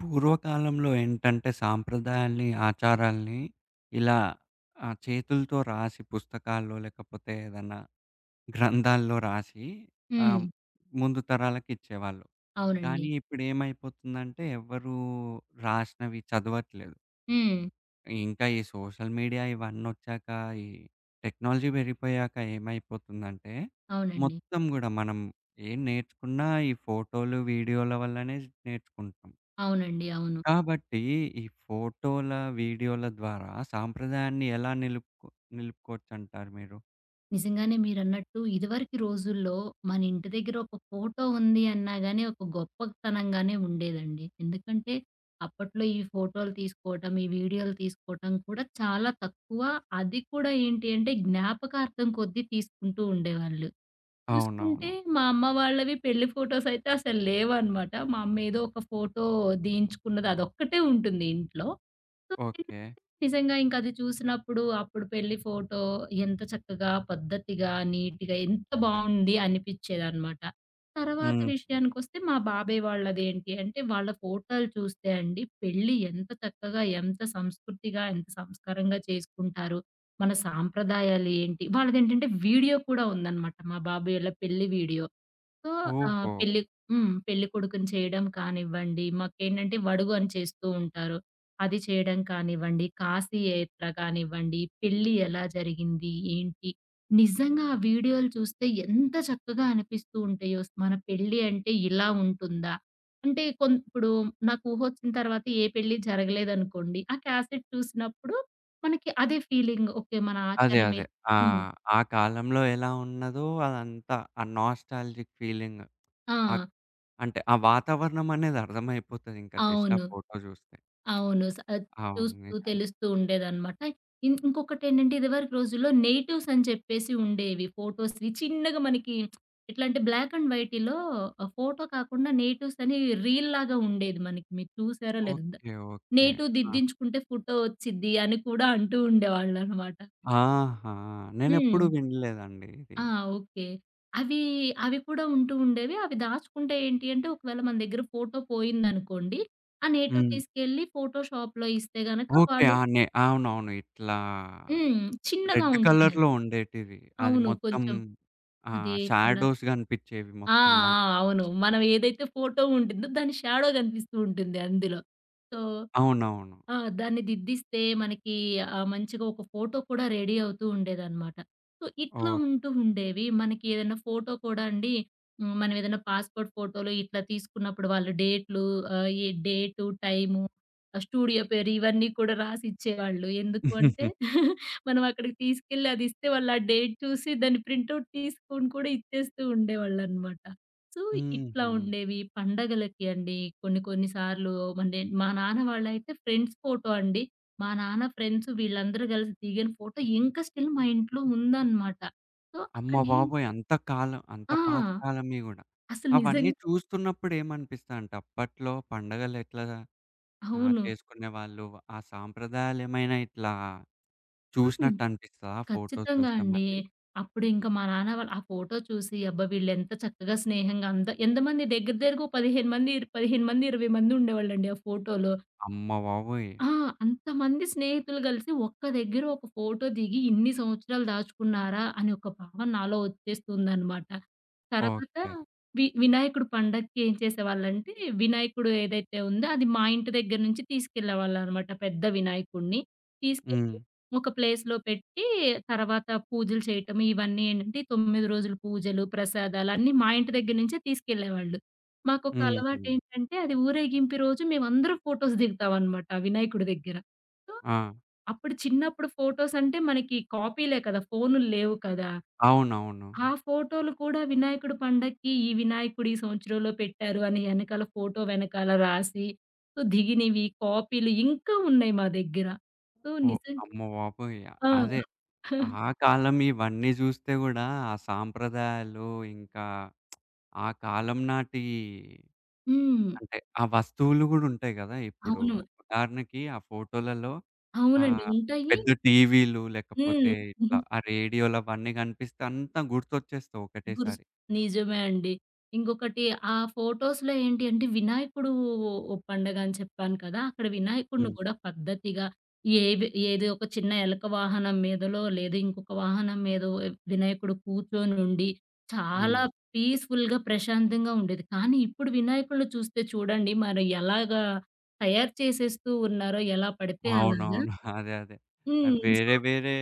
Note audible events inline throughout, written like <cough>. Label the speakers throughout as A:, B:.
A: పూర్వకాలంలో ఏంటంటే సాంప్రదాయాల్ని, ఆచారాల్ని ఇలా చేతులతో రాసి పుస్తకాల్లో లేకపోతే ఏదన్నా గ్రంథాల్లో రాసి
B: హ్మ్.
A: ఆహ్, ముందు తరాలకు ఇచ్చేవాళ్ళు.
B: అవునండి.
A: కానీ ఇప్పుడేమైపోతుందంటే ఎవ్వరూ రాసినవి చదవట్లేదు.
B: హ్మ్.
A: ఇంకా ఈ సోషల్ మీడియా ఇవన్నొచ్చాక, ఈ టెక్నాలజీ పెరిగిపోయాక ఏమైపోతుందంటే,
B: అవునండి.
A: మొత్తం గూడా మనం ఏం నేర్చుకున్నా ఈ ఫోటోలు, వీడియోల వల్లనే నేర్చుకుంటాం.
B: అవునండి. అవును.
A: కాబట్టి ఈ ఫోటోల, వీడియోల ద్వారా సాంప్రదాయాన్ని ఎలా నిలుపుకో నిలుపుకోవచ్చంటారు మీరు?
B: నిజంగానే మీరన్నట్టు ఇదివరకి రోజుల్లో మన ఇంటి దగ్గర ఒక ఫోటో ఉంది అన్నా గాని ఒక గొప్పతనంగానే ఉండేదండి. ఎందుకంటే అప్పట్లో ఈ ఫోటోలు తీసుకోవటం, ఈ వీడియోలు తీసుకోవటం కూడా చాలా తక్కువ. అది కూడా ఏంటి అంటే జ్ఞాపకార్థం కొద్దీ తీసుకుంటూ ఉండేవాళ్ళు. చూసుకుంటే
A: అవునవును.
B: మా అమ్మ వాళ్ళవి పెళ్లి ఫోటోసయితే అసలు లేవనమాట. మా అమ్మ ఏదో ఒక ఫోటో దియించుకున్నది అదొక్కటే ఉంటుంది ఇంట్లో. సో, ఏంటంటే
A: ఓకే.
B: నిజంగా ఇంక అది చూసినప్పుడు అప్పుడు పెళ్లి ఫోటో ఎంత చక్కగా, పద్ధతిగా, నీట్‌గా ఎంత బావుంది అనిపిచ్చేదనమాట. తర్వాత
A: హుహు.
B: విషయానికొస్తే మా బాబాయ్ వాళ్ళదేంటి అంటే వాళ్ళ ఫోటోలు చూస్తే అండి పెళ్లి ఎంత చక్కగా, ఎంత సంస్కృతిగా, ఎంత సంస్కారంగా చేసుకుంటారు. మన సాంప్రదాయాలేంటి? వాళ్ళదేంటంటే వీడియో కూడా ఉందనమాట. మా బాబు వాళ్ళ పెళ్లి వీడియో. సో,
A: ఓహో!
B: పెళ్లి హ్మ్. పెళ్ళికొడుకుని చేయడం కానివ్వండి, మాకేంటంటే వడుగు అని చేస్తూ ఉంటారు. అది చేయడం కానివ్వండి, కాశీ యాత్ర కానివ్వండి, పెళ్లి ఎలా జరిగింది, ఏంటి? నిజంగా ఆ వీడియోలు చూస్తే ఎంత చక్కగా అనిపిస్తూ ఉంటాయో, మన పెళ్లి అంటే ఇలా ఉంటుందా? అంటే ఇప్పుడు నాకు ఊహొచ్చిన తర్వాత ఏ పెళ్లి జరగలేదనుకోండి, ఆ క్యాసెట్ చూసినప్పుడు మనకి అదే ఫీలింగ్. ఓకే. మన
A: అదే.
B: ఆచారం
A: అదే. ఆ!
B: హ్మ్.
A: ఆ కాలంలో ఎలా ఉన్నదో అదంతా ఆ నాస్టాల్జిక్ ఫీలింగ్.
B: ఆ!
A: ఆక్ అంటే ఆ వాతావరణం అనేది అర్థమైపోతదింక జస్ట్ ఆ
B: అవును.
A: ఫోటో చూస్తే.
B: అవును.
A: అవును.
B: చూస్తూ
A: నిజమే.
B: తెలుస్తూ ఉండేదనమాట. ఇంకొకటేంటంటే ఇదివరకు రోజుల్లో నెటివ్స్ అని చెప్పేసి ఉండేవి. ఫోటోస్‌వి చిన్నగా మనకి ఎట్లా అంటే బ్లాక్ అండ్ వైట్‌లో ఫోటో కాకుండా నేటివ్స్ అని రీల్ లాగా ఉండేది మనకి. మీరు చూసారో లేదో.
A: ఓకే. ఓకే.
B: నేటివ్
A: ఆ!
B: దిద్దించుకుంటే ఫోటో వచ్చిద్ది అని కూడా అంటూ ఉండేవాళ్ళనమాట.
A: ఆహా!
B: హ్మ్.
A: నేనెప్పుడు వినలేదండి ఇది.
B: ఆ! ఓకే. అవి, అవి కూడా ఉంటూ ఉండేవి. అవి దాచుకుంటే ఏంటి అంటే ఒకవేళ మన దగ్గర ఫోటో పోయిందనుకోండి. ఆ నేటివ్
A: హ్మ్.
B: తీసుకెళ్ళి ఫోటో షాప్‌లో ఇస్తే గనక
A: ఓకే.
B: వాళ్ళు
A: ఆ! అవునవును. ఇట్లా
B: హ్మ్. చిన్నగా
A: రెడ్
B: ఉంటుందది.
A: కలర్‌లో ఉండేటివి. అది
B: అవును.
A: మొత్తం
B: కొంచెం
A: ఆ!
B: అదే కలర్.
A: షాడోస్ గనిపిచ్చేవి
B: ఆ!
A: మొత్తం
B: ఆ!
A: దాంట్లో.
B: అవును. మనం ఏదైతే ఫోటో ఉంటుందో దాని షాడో కనిపిస్తూ ఉంటుంది అందులో. సో,
A: అవునవును.
B: ఆ! దాన్ని దిద్దిస్తే మనకి మంచిగా ఒక ఫోటో కూడా రెడీ అవుతూ ఉండేదనమాట. సో, ఇట్లా
A: ఓకే.
B: ఉంటూ ఉండేవి. మనకి ఏదైనా ఫోటో కూడా అండి హ్మ్, మనం ఏదైనా పాస్‌పోర్ట్ ఫోటోలు ఇట్లా తీసుకున్నప్పుడు వాళ్ళు డేట్లు ఏ డేటు, టైము, ఆ స్టూడియో పేరు ఇవన్నీ కూడా రాసిచ్చేవాళ్ళు. ఎందుకు అంటే మనం అక్కడికి తీసుకెళ్ళి అది ఇస్తే వాళ్ళు ఆ డేట్ చూసి దాని ప్రింటౌట్ తీసుకొని కూడా ఇచ్చేస్తూ ఉండేవాళ్ళనమాట. సో, ఇట్లా
A: హుహు.
B: ఉండేవి. పండగలకి అండి కొన్ని కొన్ని సార్లు మా నాన్న వాళ్ళైతే ఫ్రెండ్స్ ఫోటో అండి. మా నాన్న ఫ్రెండ్స్ వీళ్ళందరూ కలిసి దిగిన ఫోటో ఇంకా స్టిల్ మా ఇంట్లో ఉందనమాట. సో,
A: అమ్మ
B: అక్కడేం
A: బాబోయ్! అంత కాలం అంత
B: ఆ!
A: పాత కాలంవి గూడా.
B: అసలు
A: అవన్నీ
B: నిజంగా
A: చూస్తున్నప్పుడు ఏమనిపిస్తాయంటే అప్పట్లో పండగలెట్లా
B: అవును.
A: చేసుకునేవాళ్ళు, ఆ సాంప్రదాయాలేమైనా ఇట్లా
B: హ్మ్.
A: చూసినట్టనిపిస్తదా ఫోటోస్
B: ఖచ్చితంగా
A: చూస్తే
B: అండి.
A: మళ్ళీ?
B: అప్పుడు ఇంకా మా నాన్న వాళ్ళు ఆ ఫోటో చూసి అబ్బా! వీళ్ళెంత చక్కగా స్నేహంగా అంత ఎంతమంది దగ్గర దగ్గరగా ఓ 15 మంది, 15 మంది, 20 మంది ఉండేవాళ్ళండి ఆ ఫోటోలో.
A: అమ్మ బాబోయ్!
B: ఆ! అంతమంది స్నేహితులు కలిసి ఒక్క దగ్గర ఒక ఫోటో దిగి ఇన్ని సంవత్సరాలు దాచుకున్నారా అని ఒక భావన నాలో వచ్చేస్తుందనమాట. తర్వాత
A: ఓకే.
B: వినాయకుడు పండక్కి ఏం చేసేవాళ్ళంటే, వినాయకుడు ఏదైతే ఉందో అది మా ఇంటి దగ్గర నుంచి తీసుకెళ్ళేవాళ్ళనమాట పెద్ద వినాయకుడిని.
A: హ్మ్.
B: తీసుకెళ్ళి ఒక ప్లేస్‌లో పెట్టి తర్వాత పూజలు చేయటం ఇవన్నీ ఏంటంటే 9 రోజులు పూజలు, ప్రసాదాలు అన్నీ మా ఇంటి దగ్గర నుంచే తీసుకెళ్ళేవాళ్ళు. మాకొక
A: హుహు.
B: అలవాటేంటంటే, అది ఊరేగింపు రోజు మేమందరం ఫోటోస్ దిగుతామనమాట ఆ వినాయకుడి దగ్గర. సో,
A: ఆ!
B: అప్పుడు చిన్నప్పుడు ఫోటోస్ అంటే మనకి కాపీలే కదా! ఫోనులు లేవు కదా!
A: అవునవును.
B: ఆ ఫోటోలు కూడా వినాయకుడి పండక్కి ఈ వినాయకుడు ఈ సంవత్సరంలో పెట్టారు అని ఎనకాల ఫోటో వెనకాల రాసి, సో, దిగినవి కాపీలు ఇంకా ఉన్నాయి మా దగ్గర. So,
A: oh!
B: నిజం
A: అమ్మ బాబోయ్!
B: ఆ!
A: అదే.
B: <laughs>
A: ఆ కాలం ఇవన్నీ జూస్తే గూడా ఆ సాంప్రదాయాలు, ఇంకా ఆ కాలం నాటి
B: హ్మ్.
A: అంటే, ఆ వస్తువులు గూడుంటాయి గదా! ఇప్పుడు
B: అవును.
A: ఉదాహరణకి ఆ ఫోటోలలో
B: అవునండి.
A: ఆహ్,
B: ఉంటాయి.
A: పెద్ద టీవీలు, లేకపోతే
B: హ్మ్.
A: ఇట్లా ఆ రేడియోలు అవన్నీ గనిపిస్తే అంతా గుర్తొచ్చేస్తాయి
B: గురుస్
A: ఒకటేసారి.
B: నిజమే అండి. ఇంకొకటి ఆ ఫోటోస్‌లో ఏంటి అంటే వినాయకుడు ఓ పండగ అని చెప్పాను కదా! అక్కడ వినాయకుడిని
A: హ్మ్.
B: కూడా పద్ధతిగా ఏవి ఏదో ఒక చిన్న ఎలక వాహనం మీదలో లేదా ఇంకొక వాహనం మీదో వినాయకుడు కూర్చొనుండి
A: హ్మ్.
B: చాలా పీస్‌ఫుల్‌గా ప్రశాంతంగా ఉండేది. కానీ ఇప్పుడు వినాయకుడిని చూస్తే చూడండి మరి ఎలాగా తయారు చేసేస్తూ ఉన్నారో ఎలా పడితే అలాగా.
A: అవునవును. <laughs> అదే. అదే.
B: హ్మ్. సో,
A: వేరే వేరే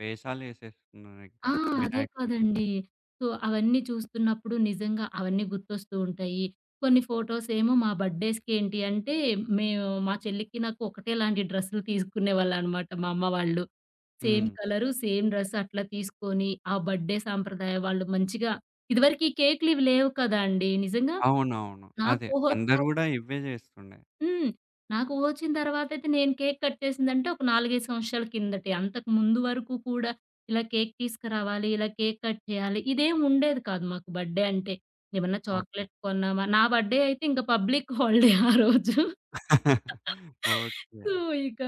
A: వేషాలేసేస్తున్నారు ఇంకా
B: ఆ! అదే
A: వినాయకునికి.
B: కాదండి. సో, అవన్నీ చూస్తున్నప్పుడు నిజంగా అవన్నీ గుర్తొస్తూ ఉంటాయి. కొన్ని ఫోటోస్ ఏమో మా బర్త్‌డేస్‌కి ఏంటి అంటే, మేము మా చెల్లికి నాకు ఒకటేలాంటి డ్రెస్సులు తీసుకునేవాళ్ళనమాట మా అమ్మ వాళ్ళు. సేమ్
A: హ్మ్.
B: కలరు, సేమ్ డ్రెస్ అట్లా తీసుకొని, ఆ బర్త్‌డే సాంప్రదాయం వాళ్ళు మంచిగా ఇదివరకి కేకులు ఇవి లేవు కదా అండీ! నిజంగా
A: అవునవును.
B: నాకు
A: అదే. అందరూ
B: ఊహొచ్చాక
A: గూడా ఇవే జేస్తుండే.
B: హ్మ్. నాకు ఒచ్చిన తర్వాతయితే నేను కేక్ కట్ చేసిందంటే ఒక 4, 5 సంవత్సరాల కిందటే. అంతకు ముందు వరకు కూడా ఇలా కేక్ తీసుకురావాలి, ఇలా కేక్ కట్ చేయాలి ఇదేం ఉండేది కాదు మాకు బర్త్‌డే అంటే. ఏమన్నా
A: ఓకే.
B: చాక్లెట్ కొన్నామా నా బర్త్‌డే అయితే ఇంకా పబ్లిక్ హాలిడే ఆ రోజు.
A: <laughs> ఓకే.
B: సో, ఇక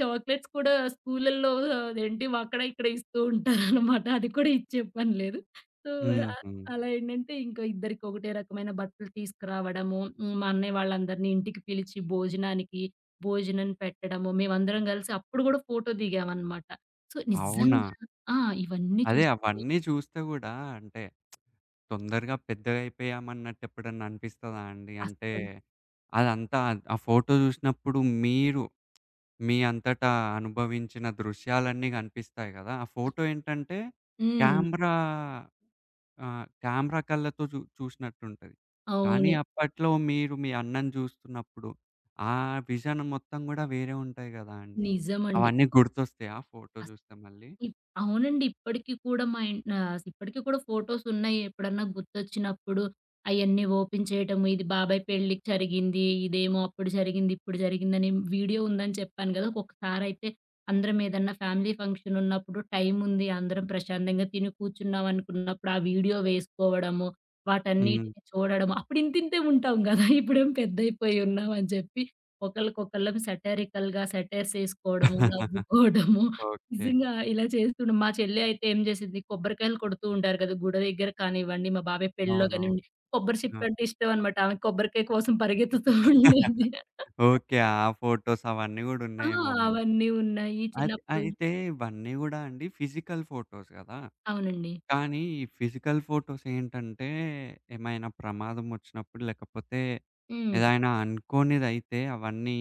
B: చాక్లెట్స్ కూడా స్కూలల్లో అదేంటి అక్కడ, ఇక్కడ ఇస్తూ ఉంటారనమాట. అది కూడా ఇచ్చే పని లేదు. సో, ఆహ్,
A: హుహు.
B: అలా ఏంటంటే ఇంకా ఇద్దరికి ఒకటే రకమైన బట్టలు తీసుకురావడము. హ్మ్, మా అన్నయ్య వాళ్ళందరిని ఇంటికి పిలిచి భోజనానికి, భోజనం పెట్టడము. మేమందరం కలిసి అప్పుడు కూడా ఫోటో దిగామనమాట. సో,
A: అవునా?
B: నిజంగా ఆ! ఇవన్నీ
A: అదే
B: చూస్తే
A: అవన్నీ చూస్తే గూడా అంటే తొందరగా పెద్దగయిపోయామన్నట్టు ఎప్పుడన్నా అనిపిస్తదా అండి? అంటే
B: అస్సలు
A: అదంతా ఆ ఫోటో జూసినప్పుడు మీరు మీ అంతటా అనుభవించిన దృశ్యాలన్నీ గనిపిస్తాయి గదా! ఆ ఫోటో ఏంటంటే
B: హ్మ్.
A: కెమెరా ఆ! కెమెరా కళ్ళతో చూసినట్టుంటది. కానీ
B: అవును.
A: అప్పట్లో మీరు మీ అన్నని చూస్తున్నప్పుడు, ఆ విజన్ మొత్తం గూడా వేరే ఉంటాయి గదా అండి.
B: నిజమండి.
A: అవన్నీ గుర్తొస్తాయా ఫోటో
B: అస్
A: చూస్తే మళ్ళీ?
B: ఇప్ అవునండి. ఇప్పటికి కూడా మా ఇప్పటికి కూడా ఫోటోసున్నాయి. ఎప్పుడన్నా గుర్తొచ్చినప్పుడు అయన్నీ ఓపెన్ చేయటము. ఇది బాబాయ్ పెళ్ళికి జరిగింది. ఇదేమో అప్పుడు జరిగింది, ఇప్పుడు జరిగిందని వీడియో ఉందని చెప్పాను గదా! ఒక్కొక్కసారయితే అందరం ఏదన్నా ఫ్యామిలీ ఫంక్షనున్నప్పుడు టైముంది, అందరం ప్రశాంతంగా తిని కూర్చున్నాం అనుకున్నప్పుడు ఆ వీడియో వేసుకోవడము,
A: హ్మ్.
B: వాటన్నిటిని చూడడము. అప్పుడు ఇంతింతే ఉంటాం గదా! <laughs> ఇప్పుడేం పెద్దయిపోయి ఉన్నామని చెప్పి ఒకళ్ళకొకళ్ళం సెటైర్స్ ఏసుకోవడము, నవ్వుకోవడము.
A: ఓకే.
B: నిజంగా ఇలా చేస్తుండే మా చెల్లి అయితే ఏం చేసిద్ది, కొబ్బరికాయలు కొడుతూ ఉంటారు కదా! గుడ దగ్గర కానివ్వండి, మా బాబాయ్ పెళ్ళిలో
A: అవును.
B: కానివ్వండి, కొబ్బరి చిప్ప
A: ఆ!
B: అంటే ఇష్టం అనమాట. ఆమె కొబ్బరికాయ కోసం పరిగెత్తుతూ ఉండేది.
A: ఓకే. ఆ ఫోటోస్ అవన్నీ గూడా
B: ఆ!
A: ఉన్నాయేమో మళ్ళీ.
B: అవన్నీ ఉన్నాయి. చిన్నప్పుడు
A: అయితే ఇవన్నీ గూడా అండి ఫిజికల్ ఫోటోస్ గదా!
B: అవునండి.
A: కానీ ఈ ఫిజికల్ ఫోటోస్ ఏంటంటే, ఏమైనా ప్రమాదం ఒచ్చినప్పుడు, లేకపోతే
B: హ్మ్.
A: ఏదైనా అనుకోనిదైతే అవన్నీ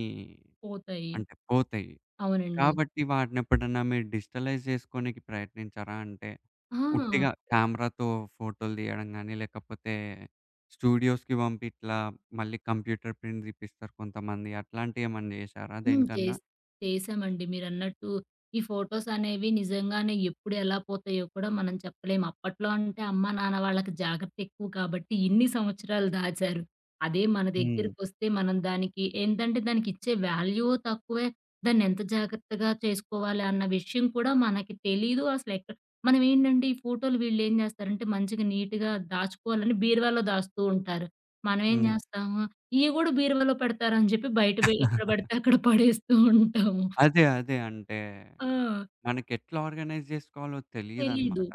B: పోతాయి.
A: అంటే పోతాయి.
B: అవునండి.
A: కాబట్టి వాటినెప్పుడన్నా మీరు డిజిటలైజ్ జేసుకోనికి ప్రయత్నించారా? అంటే
B: ఆ!
A: ఉట్టిగా కెమెరాతో ఫోటోలు తీయడం గానీ, లేకపోతే స్టూడియోస్‌కి పంపి ఇట్లా మళ్ళీ కంప్యూటర్ ప్రింట్ తీపిస్తారు కొంతమంది. అట్లాంటియేమన్నా జేశారా
B: హ్మ్.
A: దేనికన్నా?
B: చేశామండి. మీరన్నట్టు ఈ ఫోటోస్ అనేవి నిజంగానే ఎప్పుడు ఎలా పోతాయో కూడా మనం చెప్పలేం. అప్పట్లో అంటే అమ్మా, నాన్న వాళ్ళకి జాగ్రత్త ఎక్కువ కాబట్టి ఇన్ని సంవత్సరాలు దాచారు. అదే మన
A: హ్మ్.
B: దగ్గరికొస్తే మనం దానికి ఏంటంటే దానికిచ్చే వాల్యూ తక్కువే. దాన్నెంత జాగ్రత్తగా చేసుకోవాలి అన్న విషయం కూడా మనకి తెలీదు. అసలెక్కడ మనం ఏంటంటే ఈ ఫోటోలు వీళ్ళేం చేస్తారంటే మంచిగా నీట్‌గా దాచుకోవాలని బీరువాలో దాస్తూ ఉంటారు. మనమేం హ్మ్.
A: హ్మ్.
B: చేస్తాం ఇయి గూడా బీరువాలో పెడతారని జెప్పి బయట ఎక్కడ బడితే అక్కడ పడేస్తూ ఉంటాము.
A: అదే. అదే. అంటే
B: ఆ!
A: మనకెట్లా ఆర్గనైజ్ జేసుకోవాలో
B: తెలీదు.
A: తెలీదనమాట.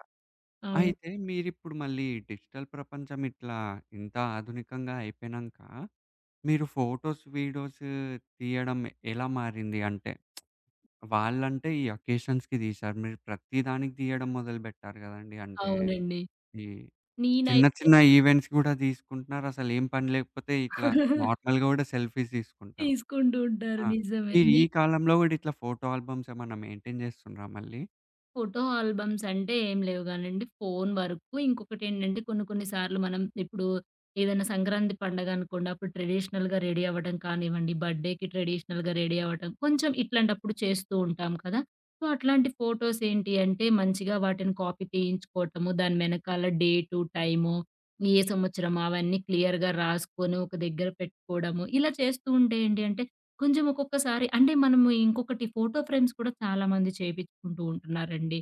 B: అవును.
A: అయితే మీరిప్పుడు మళ్ళీ డిజిటల్ ప్రపంచం ఇట్లా ఇంత ఆధునికంగా అయిపోయినంక, మీరు ఫోటోస్, వీడియోస్ తీయడం ఎలా మారింది? అంటే వాళ్ళంటే ఈ అకేషన్స్‌కి తీశారు. మీరు ప్రతి దానికి తీయడం మొదలుపెట్టారు గదండీ! అంటే
B: అవునండి.
A: ఈ చిన్న
B: నేనైతే
A: చిన్న ఈవెంట్స్ గూడా తీసుకుంటున్నారు. అసలేం పని లేకపోతే ఇట్లా
B: <laughs>
A: నార్మల్‌గా గూడా సెల్ఫీస్ తీసుకుంటారు.
B: తీసుకుంటూ ఉంటారు.
A: ఆ!
B: నిజమే.
A: మీరు ఈ కాలంలో గూడా ఇట్లా ఫోటో ఆల్బమ్స్ ఏమన్నా మెయింటైన్ చేస్తుండ్రా మళ్ళీ?
B: ఫోటో ఆల్బమ్స్ అంటే ఏం లేవు గానండి. ఫోను వరకు. ఇంకొకటేంటంటే కొన్ని కొన్ని సార్లు మనం ఇప్పుడు ఏదైనా సంక్రాంతి పండగ అనుకోండి. అప్పుడు ట్రెడిషనల్‌గా రెడీ అవ్వడం కానివ్వండి, బర్త్‌డేకి ట్రెడిషనల్‌గా రెడీ అవ్వటం, కొంచెం ఇట్లాంటప్పుడు చేస్తూ ఉంటాం కదా! సో, అట్లాంటి ఫోటోస్ ఏంటి అంటే మంచిగా వాటిని కాపీ తీయించుకోవటము. దాని వెనకాల డేటు, టైము, ఏ సంవత్సరం అవన్నీ క్లియర్‌గా రాసుకొని ఒక దగ్గర పెట్టుకోవడము. ఇలా చేస్తూ ఉంటే ఏంటి అంటే కొంచెం ఒక్కొక్కసారి అంటే మనము ఇంకొకటి ఫోటో ఫ్రేమ్స్ కూడా చాలామంది చేపించుకుంటూ ఉంటున్నారండి.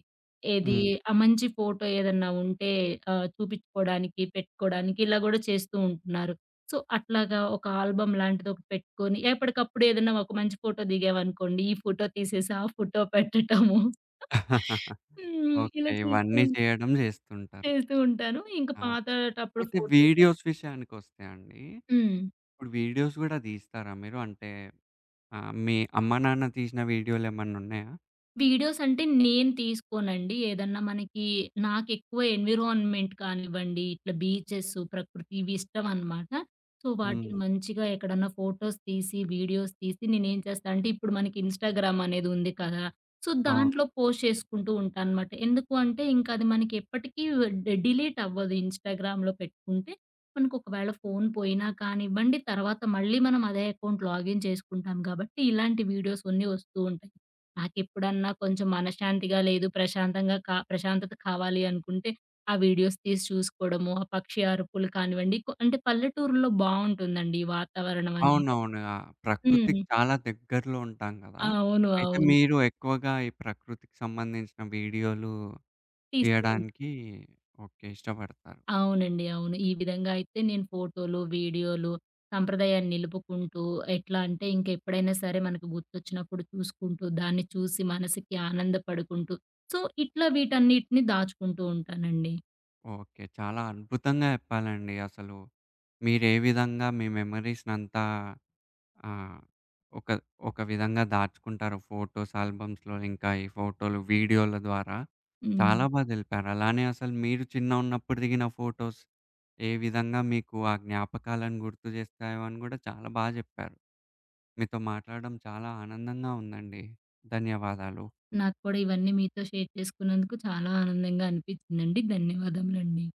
B: ఏది
A: హ్మ్.
B: ఆ మంచి ఫోటో ఏదన్నా ఉంటే చూపించుకోవడానికి, పెట్టుకోవడానికి ఇలా గూడా చేస్తూ ఉంటున్నారు. సో, అట్లాగా ఒక ఆల్బమ్ లాంటిది ఒకటి పెట్టుకొని ఎప్పటికప్పుడు ఏదన్నా ఒక మంచి ఫోటో దిగామనుకోండి, ఈ ఫోటో తీసేసి ఆ ఫోటో పెట్టటము.
A: <laughs>
B: హ్మ్.
A: ఓకే.
B: ఇలా చేస్తూ
A: ఇవన్నీ చేయడం చేస్తుంటారు.
B: చేస్తూ ఉంటాను. ఇంకా
A: ఆ!
B: పాతటప్పుడు
A: అయితే
B: ఫోటో
A: వీడియోస్ విషయానికొస్తే అండి,
B: హ్మ్.
A: ఇప్పుడు వీడియోస్ గూడా తీస్తారా మీరు? అంటే మీ అమ్మ, నాన్న తీసిన వీడియోలేమన్నున్నాయా?
B: వీడియోస్ అంటే నేను తీసుకోనండి. ఏదన్నా మనకి నాకెక్కువ ఎన్విరాన్మెంట్ కానివ్వండి, ఇట్లా బీచెస్, ప్రకృతి ఇవి ఇష్టమనమాట. సో, హ్మ్.
A: హ్మ్.
B: వాటిని మంచిగా ఎక్కడన్నా ఫోటోస్ తీసి, వీడియోస్ తీసి నేనేం చేస్తా అంటే ఇప్పుడు మనకి ఇన్‌స్టాగ్రామ్ అనేది ఉంది కదా! సో, అవును.
A: అవును.
B: దాంట్లో పోస్ట్ చేసుకుంటూ ఉంటా అనమాట. ఎందుకు అంటే ఇంకా అది మనకి ఎప్పటికీ డిలీట్ అవ్వదు ఇన్‌స్టాగ్రామ్‌లో పెట్టుకుంటే. మనకు ఒకవేళ ఫోను పోయినా కానివ్వండి, తర్వాత మళ్ళీ మనం అదే అకౌంట్ లాగిన్ చేసుకుంటాం కాబట్టి ఇలాంటి వీడియోస్ అన్నీ వస్తూ ఉంటాయి. నాకెప్పుడన్నా కొంచెం మనశ్శాంతిగా లేదు, ప్రశాంతంగా ప్రశాంతత కావాలి అనుకుంటే, ఆ వీడియోస్ తీసి చూసుకోవడము, ఆ పక్షి అరుపులు కానివ్వండి, అంటే పల్లెటూరులో బావుంటుందండి ఈ వాతావరణం అనేది.
A: అవునవును. ఆ!
B: హ్మ్.
A: ప్రకృతికి చాలా దగ్గరలో ఉంటాం గదా!
B: అవును.
A: అయితే
B: అవును.
A: మీరు ఎక్కువగా ఈ ప్రకృతికి సంబంధించిన వీడియోలు
B: తీస్తూ ఉం
A: తీయడానికి ఓకే. ఇష్టపడతారు.
B: అవునండి. అవును. ఈ విధంగా అయితే నేను ఫోటోలు, వీడియోలు సంప్రదాయాన్ని నిలుపుకుంటూ, ఎట్లా అంటే ఇంకెప్పుడైనా సరే మనకు గుర్తొచ్చినప్పుడు చూసుకుంటూ, దాన్ని చూసి మనసుకి ఆనందపడుకుంటూ, సో, ఇట్లా వీటన్నిటిని దాచుకుంటూ ఉంటానండి.
A: ఓకే. చాలా అద్భుతంగా చెప్పాలండి అసలు. మీరే విధంగా మీ మెమోరీస్‌నంతా ఆ! ఒక ఒక విధంగా దాచుకుంటారు ఫోటోస్ ఆల్బమ్స్‌లో ఇంకా ఈ ఫోటోలు, వీడియోల ద్వారా.
B: హ్మ్.
A: చాలా బా తెలిపారు. అలానే అసలు మీరు చిన్నగున్నప్పుడు దిగిన ఫోటోస్ ఏ విధంగా మీకు ఆ జ్ఞాపకాలను గుర్తు చేస్తాయో అని గూడా చాలా బా జెప్పారు. మీతో మాట్లాడడం చాలా ఆనందంగా ఉందండి. ధన్యవాదాలు.
B: నాకు కూడా ఇవన్నీ మీతో షేర్ చేసుకున్నందుకు చాలా ఆనందంగా అనిపించిందండి. ధన్యవాదములండి.